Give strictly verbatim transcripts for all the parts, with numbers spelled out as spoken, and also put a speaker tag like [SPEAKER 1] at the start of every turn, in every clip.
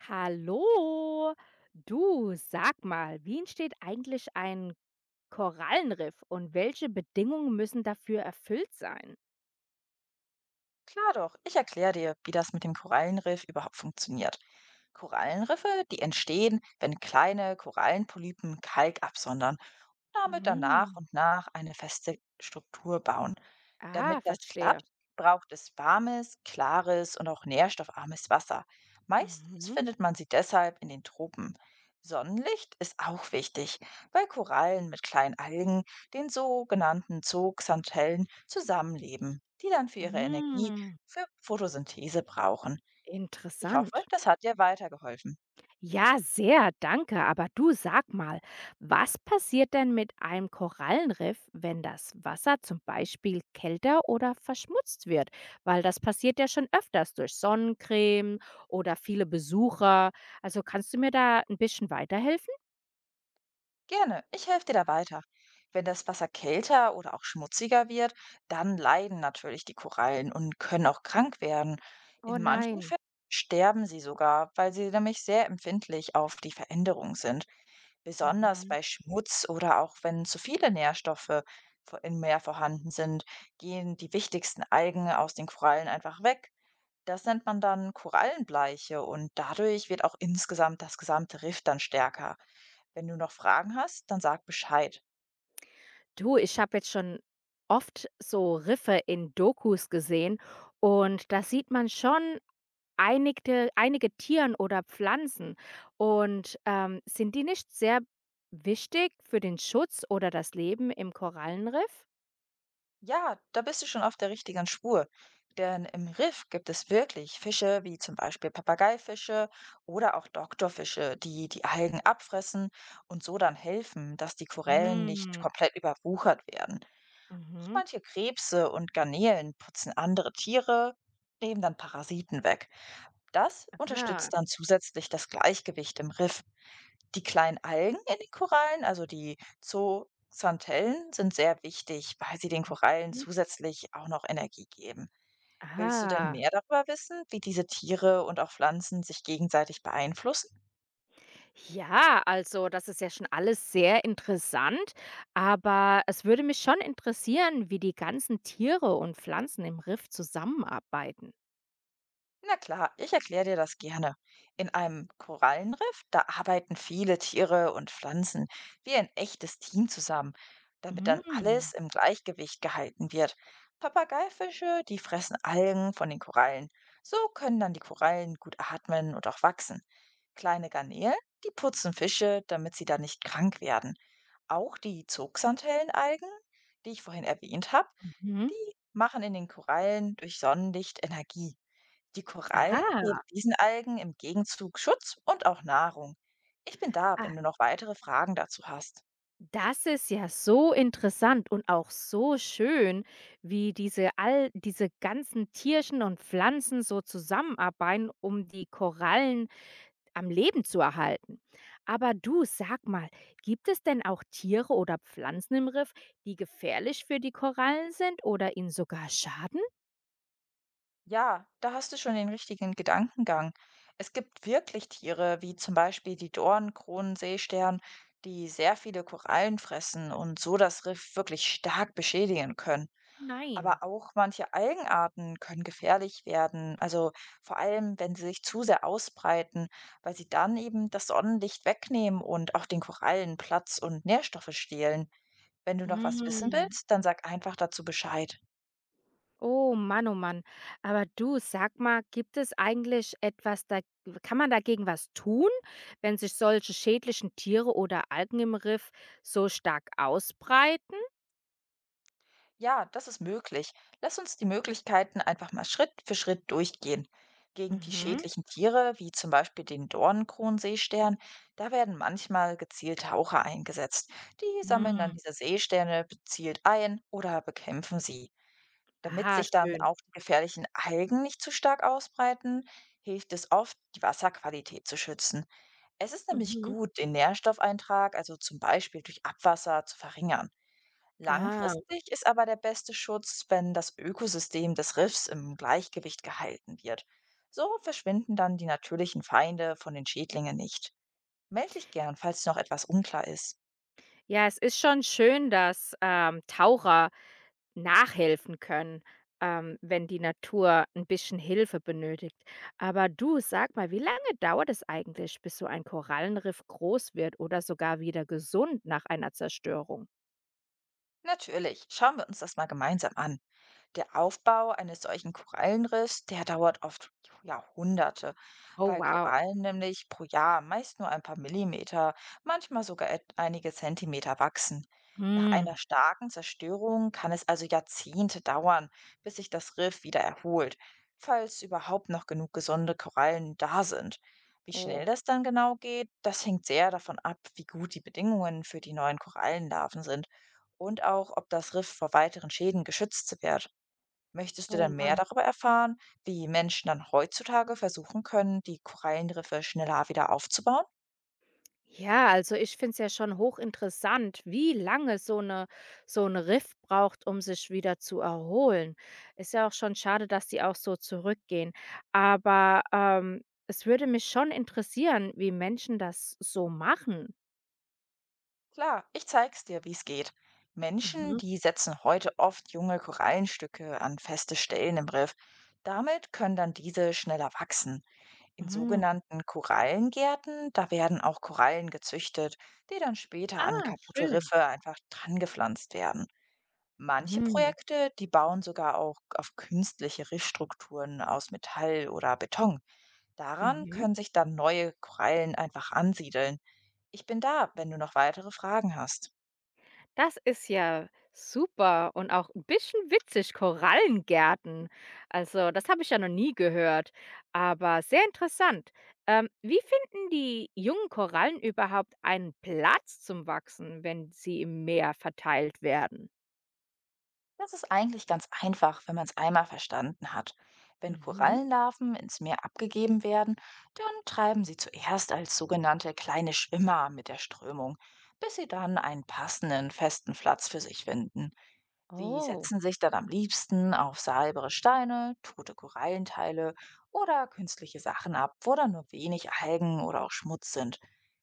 [SPEAKER 1] Hallo, du, sag mal, wie entsteht eigentlich ein Korallenriff und welche Bedingungen müssen dafür erfüllt sein?
[SPEAKER 2] Klar doch, ich erkläre dir, wie das mit dem Korallenriff überhaupt funktioniert. Korallenriffe, die entstehen, wenn kleine Korallenpolypen Kalk absondern, damit dann nach
[SPEAKER 1] Mhm.
[SPEAKER 2] und nach eine feste Struktur bauen. Damit
[SPEAKER 1] Ah,
[SPEAKER 2] das klappt,
[SPEAKER 1] verstehe.
[SPEAKER 2] braucht es warmes, klares und auch nährstoffarmes Wasser. Meistens
[SPEAKER 1] Mhm.
[SPEAKER 2] findet man sie deshalb in den Tropen. Sonnenlicht ist auch wichtig, weil Korallen mit kleinen Algen, den sogenannten Zooxanthellen, zusammenleben, die dann für ihre Energie
[SPEAKER 1] Mhm.
[SPEAKER 2] für Photosynthese brauchen. Ich hoffe,
[SPEAKER 1] Interessant.
[SPEAKER 2] das hat dir weitergeholfen.
[SPEAKER 1] Ja, sehr, danke. Aber du, sag mal, was passiert denn mit einem Korallenriff, wenn das Wasser zum Beispiel kälter oder verschmutzt wird? Weil das passiert ja schon öfters durch Sonnencreme oder viele Besucher. Also kannst du mir da ein bisschen weiterhelfen?
[SPEAKER 2] Gerne, ich helfe dir da weiter. Wenn das Wasser kälter oder auch schmutziger wird, dann leiden natürlich die Korallen und können auch krank werden.
[SPEAKER 1] Oh
[SPEAKER 2] In manchen
[SPEAKER 1] nein.
[SPEAKER 2] Fällen sterben sie sogar, weil sie nämlich sehr empfindlich auf die Veränderung sind, besonders
[SPEAKER 1] Mhm.
[SPEAKER 2] bei Schmutz oder auch wenn zu viele Nährstoffe vo- im Meer vorhanden sind, gehen die wichtigsten Algen aus den Korallen einfach weg. Das nennt man dann Korallenbleiche und dadurch wird auch insgesamt das gesamte Riff dann stärker. Wenn du noch Fragen hast, dann sag Bescheid.
[SPEAKER 1] Du, ich habe jetzt schon oft so Riffe in Dokus gesehen und da sieht man schon Einigte einige Tieren oder Pflanzen und, ähm, sind die nicht sehr wichtig für den Schutz oder das Leben im Korallenriff?
[SPEAKER 2] Ja, da bist du schon auf der richtigen Spur. Denn im Riff gibt es wirklich Fische wie zum Beispiel Papageifische oder auch Doktorfische, die die Algen abfressen und so dann helfen, dass die Korallen nicht
[SPEAKER 1] Hm,
[SPEAKER 2] komplett überwuchert werden. Auch
[SPEAKER 1] mhm.
[SPEAKER 2] manche Krebse und Garnelen putzen andere Tiere, nehmen dann Parasiten weg. Das
[SPEAKER 1] Aha.
[SPEAKER 2] unterstützt dann zusätzlich das Gleichgewicht im Riff. Die kleinen Algen in den Korallen, also die Zooxanthellen, sind sehr wichtig, weil sie den Korallen
[SPEAKER 1] Mhm.
[SPEAKER 2] zusätzlich auch noch Energie geben. Willst du denn
[SPEAKER 1] Aha.
[SPEAKER 2] mehr darüber wissen, wie diese Tiere und auch Pflanzen sich gegenseitig beeinflussen?
[SPEAKER 1] Ja, also, das ist ja schon alles sehr interessant, aber es würde mich schon interessieren, wie die ganzen Tiere und Pflanzen im Riff zusammenarbeiten.
[SPEAKER 2] Na klar, ich erkläre dir das gerne. In einem Korallenriff, da arbeiten viele Tiere und Pflanzen wie ein echtes Team zusammen, damit dann alles
[SPEAKER 1] Hm.
[SPEAKER 2] im Gleichgewicht gehalten wird. Papageifische, die fressen Algen von den Korallen. So können dann die Korallen gut atmen und auch wachsen. Kleine Garnelen, die putzen Fische, damit sie dann nicht krank werden. Auch die Zugsantellenalgen, die ich vorhin erwähnt habe,
[SPEAKER 1] Mhm.
[SPEAKER 2] die machen in den Korallen durch Sonnenlicht Energie. Die Korallen geben
[SPEAKER 1] Aha.
[SPEAKER 2] diesen Algen im Gegenzug Schutz und auch Nahrung. Ich bin da, wenn du noch weitere Fragen dazu hast.
[SPEAKER 1] Das ist ja so interessant und auch so schön, wie diese all diese ganzen Tierchen und Pflanzen so zusammenarbeiten, um die Korallen am Leben zu erhalten. Aber du, sag mal, gibt es denn auch Tiere oder Pflanzen im Riff, die gefährlich für die Korallen sind oder ihnen sogar schaden?
[SPEAKER 2] Ja, da hast du schon den richtigen Gedankengang. Es gibt wirklich Tiere, wie zum Beispiel die Dornkronenseestern, die sehr viele Korallen fressen und so das Riff wirklich stark beschädigen können.
[SPEAKER 1] Nein.
[SPEAKER 2] Aber auch manche Algenarten können gefährlich werden, also vor allem, wenn sie sich zu sehr ausbreiten, weil sie dann eben das Sonnenlicht wegnehmen und auch den Korallen Platz und Nährstoffe stehlen. Wenn du noch was wissen
[SPEAKER 1] Mm.
[SPEAKER 2] willst, dann sag einfach dazu Bescheid.
[SPEAKER 1] Oh Mann, oh Mann. Aber du, sag mal, gibt es eigentlich etwas, da kann man dagegen was tun, wenn sich solche schädlichen Tiere oder Algen im Riff so stark ausbreiten?
[SPEAKER 2] Ja, das ist möglich. Lass uns die Möglichkeiten einfach mal Schritt für Schritt durchgehen. Gegen die
[SPEAKER 1] Mhm.
[SPEAKER 2] schädlichen Tiere, wie zum Beispiel den Dornenkronenseestern, da werden manchmal gezielt Haucher eingesetzt. Die sammeln dann
[SPEAKER 1] Mhm.
[SPEAKER 2] diese Seesterne gezielt ein oder bekämpfen sie. Damit
[SPEAKER 1] Ah,
[SPEAKER 2] sich dann
[SPEAKER 1] schön.
[SPEAKER 2] auch die gefährlichen Algen nicht zu stark ausbreiten, hilft es oft, die Wasserqualität zu schützen. Es ist nämlich
[SPEAKER 1] Mhm.
[SPEAKER 2] gut, den Nährstoffeintrag, also zum Beispiel durch Abwasser, zu verringern.
[SPEAKER 1] Ah.
[SPEAKER 2] Langfristig ist aber der beste Schutz, wenn das Ökosystem des Riffs im Gleichgewicht gehalten wird. So verschwinden dann die natürlichen Feinde von den Schädlingen nicht. Meld dich gern, falls noch etwas unklar ist.
[SPEAKER 1] Ja, es ist schon schön, dass, ähm, Taucher nachhelfen können, ähm, wenn die Natur ein bisschen Hilfe benötigt. Aber du, sag mal, wie lange dauert es eigentlich, bis so ein Korallenriff groß wird oder sogar wieder gesund nach einer Zerstörung?
[SPEAKER 2] Natürlich, schauen wir uns das mal gemeinsam an. Der Aufbau eines solchen Korallenriffs, der dauert oft ja, Jahrhunderte,
[SPEAKER 1] Oh,
[SPEAKER 2] weil
[SPEAKER 1] wow.
[SPEAKER 2] Korallen nämlich pro Jahr meist nur ein paar Millimeter, manchmal sogar et- einige Zentimeter wachsen. Nach einer
[SPEAKER 1] Mhm.
[SPEAKER 2] starken Zerstörung kann es also Jahrzehnte dauern, bis sich das Riff wieder erholt, falls überhaupt noch genug gesunde Korallen da sind. Wie schnell
[SPEAKER 1] Oh.
[SPEAKER 2] das dann genau geht, das hängt sehr davon ab, wie gut die Bedingungen für die neuen Korallenlarven sind und auch, ob das Riff vor weiteren Schäden geschützt wird. Möchtest du
[SPEAKER 1] Oh,
[SPEAKER 2] dann mehr
[SPEAKER 1] Mann.
[SPEAKER 2] darüber erfahren, wie Menschen dann heutzutage versuchen können, die Korallenriffe schneller wieder aufzubauen?
[SPEAKER 1] Ja, also ich finde es ja schon hochinteressant, wie lange so 'ne so ein Riff braucht, um sich wieder zu erholen. Ist ja auch schon schade, dass die auch so zurückgehen. Aber, ähm, es würde mich schon interessieren, wie Menschen das so machen.
[SPEAKER 2] Klar, ich zeig's dir, wie's geht. Menschen,
[SPEAKER 1] Mhm.
[SPEAKER 2] die setzen heute oft junge Korallenstücke an feste Stellen im Riff. Damit können dann diese schneller wachsen. In
[SPEAKER 1] Mhm.
[SPEAKER 2] sogenannten Korallengärten, da werden auch Korallen gezüchtet, die dann später an
[SPEAKER 1] Ah,
[SPEAKER 2] kaputte
[SPEAKER 1] schön.
[SPEAKER 2] Riffe einfach drangepflanzt werden. Manche
[SPEAKER 1] Mhm.
[SPEAKER 2] Projekte, die bauen sogar auch auf künstliche Riffstrukturen aus Metall oder Beton. Daran
[SPEAKER 1] Mhm.
[SPEAKER 2] können sich dann neue Korallen einfach ansiedeln. Ich bin da, wenn du noch weitere Fragen hast.
[SPEAKER 1] Das ist ja super und auch 'n bisschen witzig, Korallengärten. Also, das habe ich ja noch nie gehört, aber sehr interessant. Ähm, wie finden die jungen Korallen überhaupt einen Platz zum Wachsen, wenn sie im Meer verteilt werden?
[SPEAKER 2] Das ist eigentlich ganz einfach, wenn man es einmal verstanden hat. Wenn
[SPEAKER 1] Mhm.
[SPEAKER 2] Korallenlarven ins Meer abgegeben werden, dann treiben sie zuerst als sogenannte kleine Schwimmer mit der Strömung, bis sie dann einen passenden, festen Platz für sich finden. Die
[SPEAKER 1] Oh,
[SPEAKER 2] setzen sich dann am liebsten auf saubere Steine, tote Korallenteile oder künstliche Sachen ab, wo dann nur wenig Algen oder auch Schmutz sind.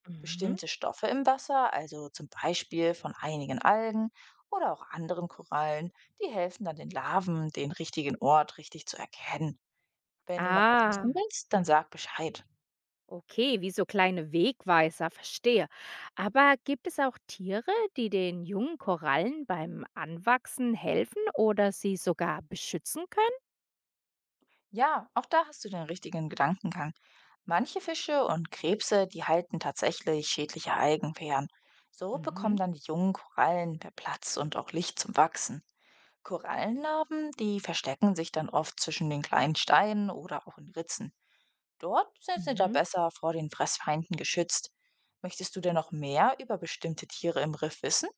[SPEAKER 1] mhm.
[SPEAKER 2] Bestimmte Stoffe im Wasser, also zum Beispiel von einigen Algen oder auch anderen Korallen, die helfen dann den Larven, den richtigen Ort richtig zu erkennen. Wenn du noch was
[SPEAKER 1] Ah,
[SPEAKER 2] wissen willst, dann sag Bescheid.
[SPEAKER 1] okay, wie so kleine Wegweiser, verstehe. Aber gibt es auch Tiere, die den jungen Korallen beim Anwachsen helfen oder sie sogar beschützen können?
[SPEAKER 2] Ja, auch da hast du den richtigen Gedankengang. Manche Fische und Krebse, die halten tatsächlich schädliche Algen fern. So bekommen
[SPEAKER 1] Mhm,
[SPEAKER 2] dann die jungen Korallen mehr Platz und auch Licht zum Wachsen. Korallenlarven, die verstecken sich dann oft zwischen den kleinen Steinen oder auch in Ritzen. Dort sind sie da
[SPEAKER 1] mhm.
[SPEAKER 2] besser vor den Fressfeinden geschützt. Möchtest du denn noch mehr über bestimmte Tiere im Riff wissen?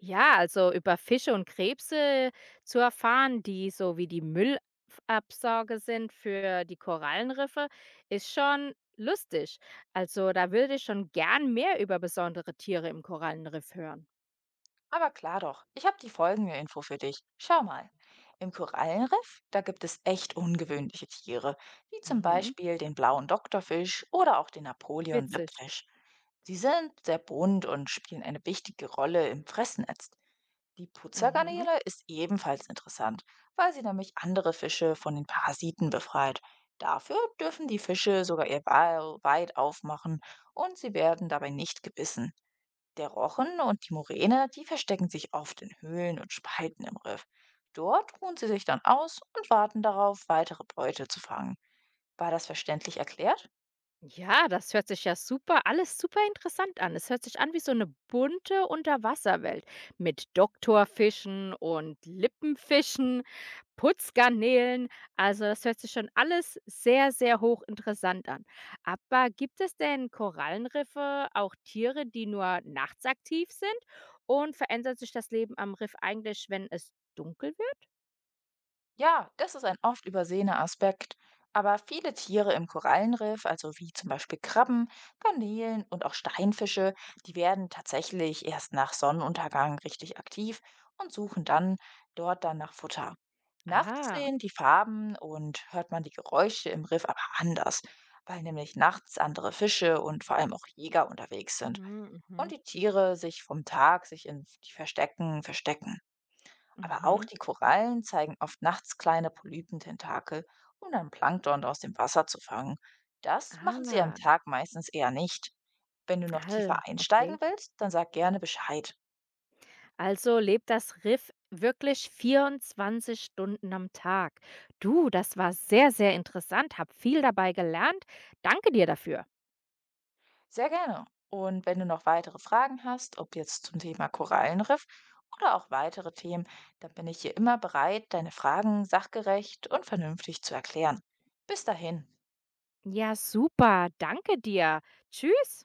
[SPEAKER 1] Ja, also über Fische und Krebse zu erfahren, die so wie die Müllabsauger sind für die Korallenriffe, ist schon lustig. Also da würde ich schon gern mehr über besondere Tiere im Korallenriff hören.
[SPEAKER 2] Aber klar doch, ich habe die folgende Info für dich. Schau mal. Im Korallenriff, da gibt es echt ungewöhnliche Tiere, wie zum
[SPEAKER 1] Mhm.
[SPEAKER 2] Beispiel den blauen Doktorfisch oder auch den
[SPEAKER 1] Witzig.
[SPEAKER 2] Napoleon-Lippfisch. Sie sind sehr bunt und spielen eine wichtige Rolle im Fressnetz. Die
[SPEAKER 1] Mhm.
[SPEAKER 2] Putzergarnele ist ebenfalls interessant, weil sie nämlich andere Fische von den Parasiten befreit. Dafür dürfen die Fische sogar ihr Maul weit aufmachen und sie werden dabei nicht gebissen. Der Rochen und die Muräne, die verstecken sich oft in Höhlen und Spalten im Riff. Dort ruhen sie sich dann aus und warten darauf, weitere Beute zu fangen. War das verständlich erklärt?
[SPEAKER 1] Ja, das hört sich ja super, alles super interessant an. Es hört sich an wie so eine bunte Unterwasserwelt mit Doktorfischen und Lippenfischen, Putzgarnelen, also das hört sich schon alles sehr, sehr hochinteressant an. Aber gibt es denn Korallenriffe auch Tiere, die nur nachts aktiv sind? Und verändert sich das Leben am Riff eigentlich, wenn es dunkel wird?
[SPEAKER 2] Ja, das ist ein oft übersehener Aspekt. Aber viele Tiere im Korallenriff, also wie zum Beispiel Krabben, Garnelen und auch Steinfische, die werden tatsächlich erst nach Sonnenuntergang richtig aktiv und suchen dann dort dann nach Futter. Nachts
[SPEAKER 1] Ah,
[SPEAKER 2] sehen die Farben und hört man die Geräusche im Riff aber anders, weil nämlich nachts andere Fische und vor allem auch Jäger unterwegs sind
[SPEAKER 1] mhm,
[SPEAKER 2] und
[SPEAKER 1] mhm,
[SPEAKER 2] die Tiere sich vom Tag sich in die Verstecken verstecken. Aber auch
[SPEAKER 1] mhm.
[SPEAKER 2] die Korallen zeigen oft nachts kleine Polypententakel, um dann Plankton aus dem Wasser zu fangen. Das
[SPEAKER 1] Ah,
[SPEAKER 2] machen sie am Tag meistens eher nicht. Wenn du noch
[SPEAKER 1] all,
[SPEAKER 2] tiefer einsteigen
[SPEAKER 1] okay.
[SPEAKER 2] willst, dann sag gerne Bescheid.
[SPEAKER 1] Also lebt das Riff wirklich vierundzwanzig Stunden am Tag. Du, das war sehr, sehr interessant. Hab viel dabei gelernt. Danke dir dafür.
[SPEAKER 2] Sehr gerne. Und wenn du noch weitere Fragen hast, ob jetzt zum Thema Korallenriff oder auch weitere Themen, dann bin ich hier immer bereit, deine Fragen sachgerecht und vernünftig zu erklären. Bis dahin.
[SPEAKER 1] Ja, super. Danke dir. Tschüss.